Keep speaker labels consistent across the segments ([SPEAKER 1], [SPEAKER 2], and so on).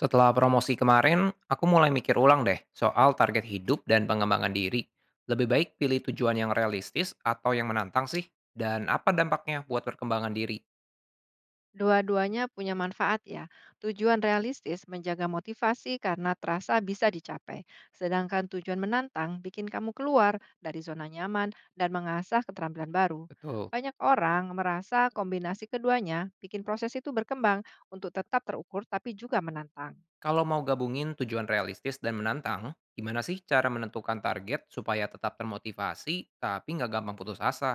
[SPEAKER 1] Setelah promosi kemarin, aku mulai mikir ulang deh soal target hidup dan pengembangan diri. Lebih baik pilih tujuan yang realistis atau yang menantang sih? Dan apa dampaknya buat perkembangan diri?
[SPEAKER 2] Dua-duanya punya manfaat ya. Tujuan realistis menjaga motivasi karena terasa bisa dicapai, sedangkan tujuan menantang bikin kamu keluar dari zona nyaman dan mengasah keterampilan baru.
[SPEAKER 1] Betul.
[SPEAKER 2] Banyak orang merasa kombinasi keduanya bikin proses itu berkembang untuk tetap terukur tapi juga menantang.
[SPEAKER 1] Kalau mau gabungin tujuan realistis dan menantang, gimana sih cara menentukan target supaya tetap termotivasi tapi nggak gampang putus asa?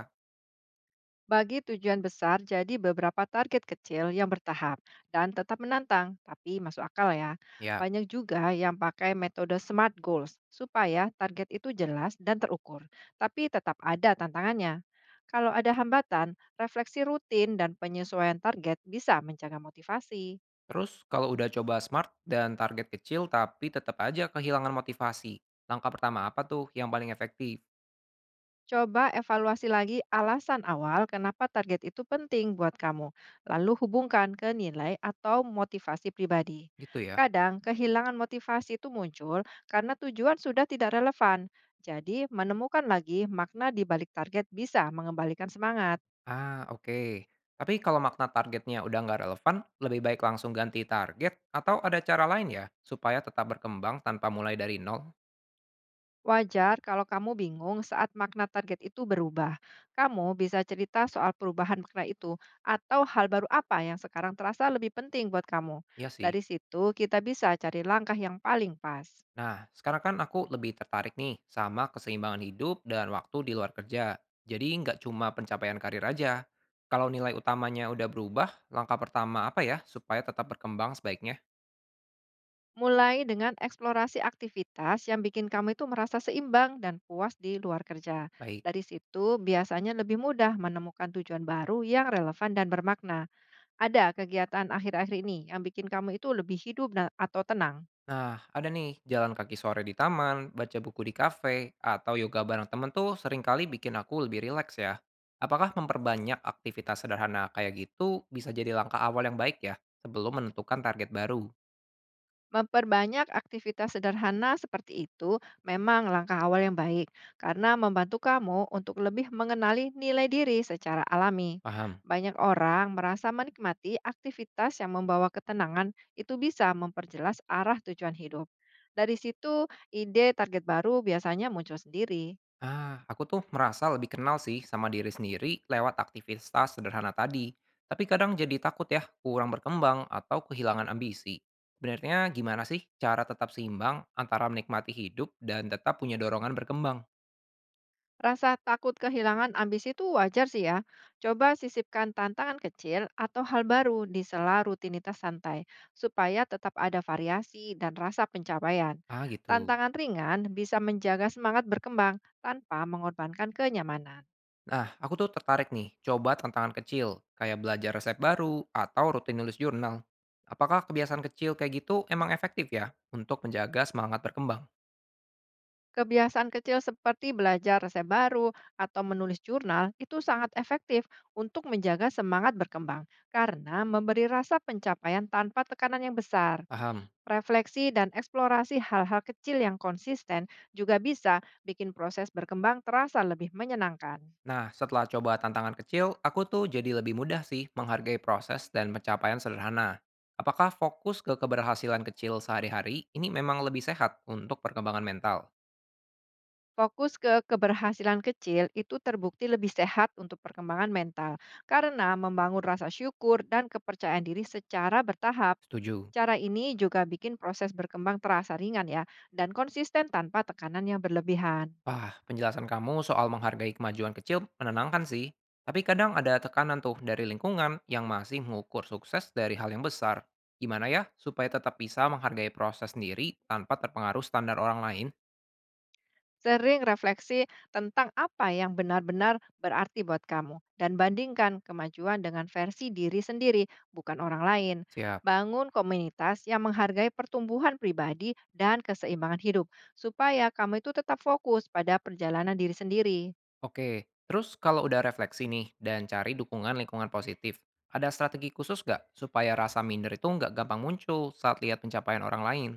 [SPEAKER 2] Bagi tujuan besar jadi beberapa target kecil yang bertahap dan tetap menantang, tapi masuk akal ya.
[SPEAKER 1] Ya.
[SPEAKER 2] Banyak juga yang pakai metode SMART goals supaya target itu jelas dan terukur, tapi tetap ada tantangannya. Kalau ada hambatan, refleksi rutin dan penyesuaian target bisa menjaga motivasi.
[SPEAKER 1] Terus kalau udah coba smart dan target kecil tapi tetap aja kehilangan motivasi, langkah pertama apa tuh yang paling efektif?
[SPEAKER 2] Coba evaluasi lagi alasan awal kenapa target itu penting buat kamu, lalu hubungkan ke nilai atau motivasi pribadi.
[SPEAKER 1] Gitu ya.
[SPEAKER 2] Kadang kehilangan motivasi itu muncul karena tujuan sudah tidak relevan. Jadi, menemukan lagi makna di balik target bisa mengembalikan semangat.
[SPEAKER 1] Ah, oke. Tapi kalau makna targetnya udah nggak relevan, lebih baik langsung ganti target atau ada cara lain ya supaya tetap berkembang tanpa mulai dari nol?
[SPEAKER 2] Wajar kalau kamu bingung saat makna target itu berubah. Kamu bisa cerita soal perubahan makna itu atau hal baru apa yang sekarang terasa lebih penting buat kamu.
[SPEAKER 1] Iya sih.
[SPEAKER 2] Dari situ kita bisa cari langkah yang paling pas.
[SPEAKER 1] Nah, sekarang kan aku lebih tertarik nih sama keseimbangan hidup dan waktu di luar kerja. Jadi nggak cuma pencapaian karir aja. Kalau nilai utamanya udah berubah, langkah pertama apa ya supaya tetap berkembang sebaiknya?
[SPEAKER 2] Mulai dengan eksplorasi aktivitas yang bikin kamu itu merasa seimbang dan puas di luar kerja.
[SPEAKER 1] Baik.
[SPEAKER 2] Dari situ biasanya lebih mudah menemukan tujuan baru yang relevan dan bermakna. Ada kegiatan akhir-akhir ini yang bikin kamu itu lebih hidup dan atau tenang?
[SPEAKER 1] Nah, ada nih jalan kaki sore di taman, baca buku di kafe, atau yoga bareng temen tuh seringkali bikin aku lebih rileks ya. Apakah memperbanyak aktivitas sederhana kayak gitu bisa jadi langkah awal yang baik ya sebelum menentukan target baru?
[SPEAKER 2] Memperbanyak aktivitas sederhana seperti itu memang langkah awal yang baik karena membantu kamu untuk lebih mengenali nilai diri secara alami.
[SPEAKER 1] Paham?
[SPEAKER 2] Banyak orang merasa menikmati aktivitas yang membawa ketenangan itu bisa memperjelas arah tujuan hidup. Dari situ, ide target baru biasanya muncul sendiri.
[SPEAKER 1] Ah, aku tuh merasa lebih kenal sih sama diri sendiri lewat aktivitas sederhana tadi. Tapi kadang jadi takut ya kurang berkembang atau kehilangan ambisi. Sebenarnya gimana sih cara tetap seimbang antara menikmati hidup dan tetap punya dorongan berkembang?
[SPEAKER 2] Rasa takut kehilangan ambisi itu wajar sih ya. Coba sisipkan tantangan kecil atau hal baru di sela rutinitas santai, supaya tetap ada variasi dan rasa pencapaian.
[SPEAKER 1] Ah gitu.
[SPEAKER 2] Tantangan ringan bisa menjaga semangat berkembang tanpa mengorbankan kenyamanan.
[SPEAKER 1] Nah, aku tuh tertarik nih coba tantangan kecil, kayak belajar resep baru atau rutin nulis jurnal. Apakah kebiasaan kecil kayak gitu emang efektif ya untuk menjaga semangat berkembang?
[SPEAKER 2] Kebiasaan kecil seperti belajar resep baru atau menulis jurnal itu sangat efektif untuk menjaga semangat berkembang karena memberi rasa pencapaian tanpa tekanan yang besar.
[SPEAKER 1] Paham.
[SPEAKER 2] Refleksi dan eksplorasi hal-hal kecil yang konsisten juga bisa bikin proses berkembang terasa lebih menyenangkan.
[SPEAKER 1] Nah, setelah coba tantangan kecil, aku tuh jadi lebih mudah sih menghargai proses dan pencapaian sederhana. Apakah fokus ke keberhasilan kecil sehari-hari ini memang lebih sehat untuk perkembangan mental?
[SPEAKER 2] Fokus ke keberhasilan kecil itu terbukti lebih sehat untuk perkembangan mental karena membangun rasa syukur dan kepercayaan diri secara bertahap.
[SPEAKER 1] Setuju.
[SPEAKER 2] Cara ini juga bikin proses berkembang terasa ringan ya dan konsisten tanpa tekanan yang berlebihan.
[SPEAKER 1] Wah, penjelasan kamu soal menghargai kemajuan kecil menenangkan sih. Tapi kadang ada tekanan tuh dari lingkungan yang masih mengukur sukses dari hal yang besar. Gimana ya supaya tetap bisa menghargai proses sendiri tanpa terpengaruh standar orang lain?
[SPEAKER 2] Sering refleksi tentang apa yang benar-benar berarti buat kamu dan bandingkan kemajuan dengan versi diri sendiri, bukan orang lain.
[SPEAKER 1] Siap.
[SPEAKER 2] Bangun komunitas yang menghargai pertumbuhan pribadi dan keseimbangan hidup supaya kamu itu tetap fokus pada perjalanan diri sendiri.
[SPEAKER 1] Oke, terus kalau udah refleksi nih dan cari dukungan lingkungan positif, ada strategi khusus nggak supaya rasa minder itu nggak gampang muncul saat lihat pencapaian orang lain?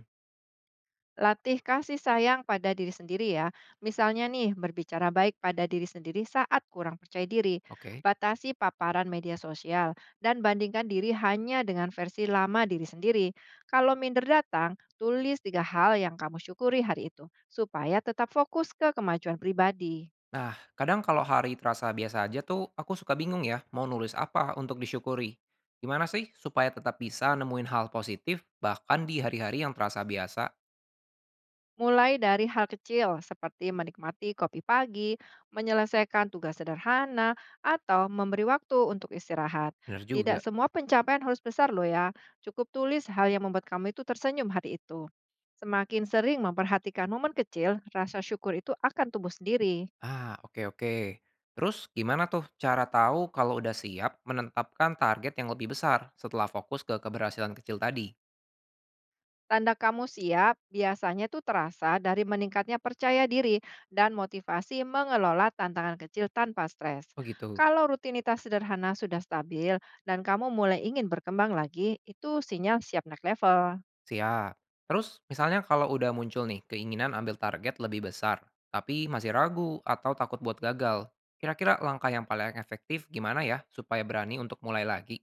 [SPEAKER 2] Latih kasih sayang pada diri sendiri ya. Misalnya nih, berbicara baik pada diri sendiri saat kurang percaya diri.
[SPEAKER 1] Oke.
[SPEAKER 2] Batasi paparan media sosial dan bandingkan diri hanya dengan versi lama diri sendiri. Kalau minder datang, tulis 3 hal yang kamu syukuri hari itu supaya tetap fokus ke kemajuan pribadi.
[SPEAKER 1] Nah, kadang kalau hari terasa biasa aja tuh, aku suka bingung ya, mau nulis apa untuk disyukuri. Gimana sih supaya tetap bisa nemuin hal positif, bahkan di hari-hari yang terasa biasa?
[SPEAKER 2] Mulai dari hal kecil seperti menikmati kopi pagi, menyelesaikan tugas sederhana, atau memberi waktu untuk istirahat.
[SPEAKER 1] Bener
[SPEAKER 2] Tidak
[SPEAKER 1] juga.
[SPEAKER 2] semua pencapaian harus besar loh ya. Cukup tulis hal yang membuat kamu itu tersenyum hari itu. Semakin sering memperhatikan momen kecil, rasa syukur itu akan tumbuh sendiri.
[SPEAKER 1] Ah, oke oke. Terus gimana tuh cara tahu kalau udah siap menetapkan target yang lebih besar setelah fokus ke keberhasilan kecil tadi?
[SPEAKER 2] Tanda kamu siap biasanya tuh terasa dari meningkatnya percaya diri dan motivasi mengelola tantangan kecil tanpa stres.
[SPEAKER 1] Oh gitu.
[SPEAKER 2] Kalau rutinitas sederhana sudah stabil dan kamu mulai ingin berkembang lagi, itu sinyal siap naik level.
[SPEAKER 1] Siap. Terus, misalnya kalau udah muncul nih keinginan ambil target lebih besar, tapi masih ragu atau takut buat gagal, kira-kira langkah yang paling efektif gimana ya supaya berani untuk mulai lagi?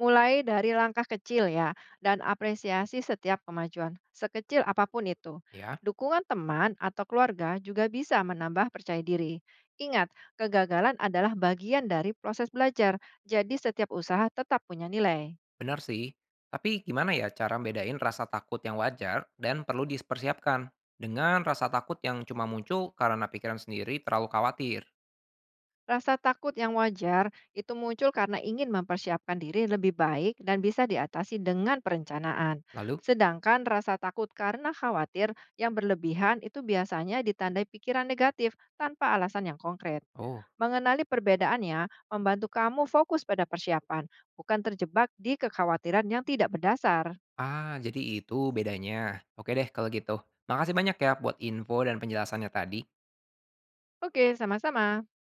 [SPEAKER 2] Mulai dari langkah kecil ya, dan apresiasi setiap kemajuan, sekecil apapun itu.
[SPEAKER 1] Ya,
[SPEAKER 2] Dukungan teman atau keluarga juga bisa menambah percaya diri. Ingat, kegagalan adalah bagian dari proses belajar, jadi setiap usaha tetap punya nilai.
[SPEAKER 1] benar sih. Tapi gimana ya cara bedain rasa takut yang wajar dan perlu dipersiapkan dengan rasa takut yang cuma muncul karena pikiran sendiri terlalu khawatir?
[SPEAKER 2] Rasa takut yang wajar itu muncul karena ingin mempersiapkan diri lebih baik dan bisa diatasi dengan perencanaan.
[SPEAKER 1] Lalu,
[SPEAKER 2] Sedangkan rasa takut karena khawatir yang berlebihan itu biasanya ditandai pikiran negatif tanpa alasan yang konkret.
[SPEAKER 1] oh,
[SPEAKER 2] Mengenali perbedaannya membantu kamu fokus pada persiapan, bukan terjebak di kekhawatiran yang tidak berdasar.
[SPEAKER 1] ah jadi itu bedanya. Oke deh kalau gitu. Makasih banyak ya buat info dan penjelasannya tadi.
[SPEAKER 2] Oke, sama-sama.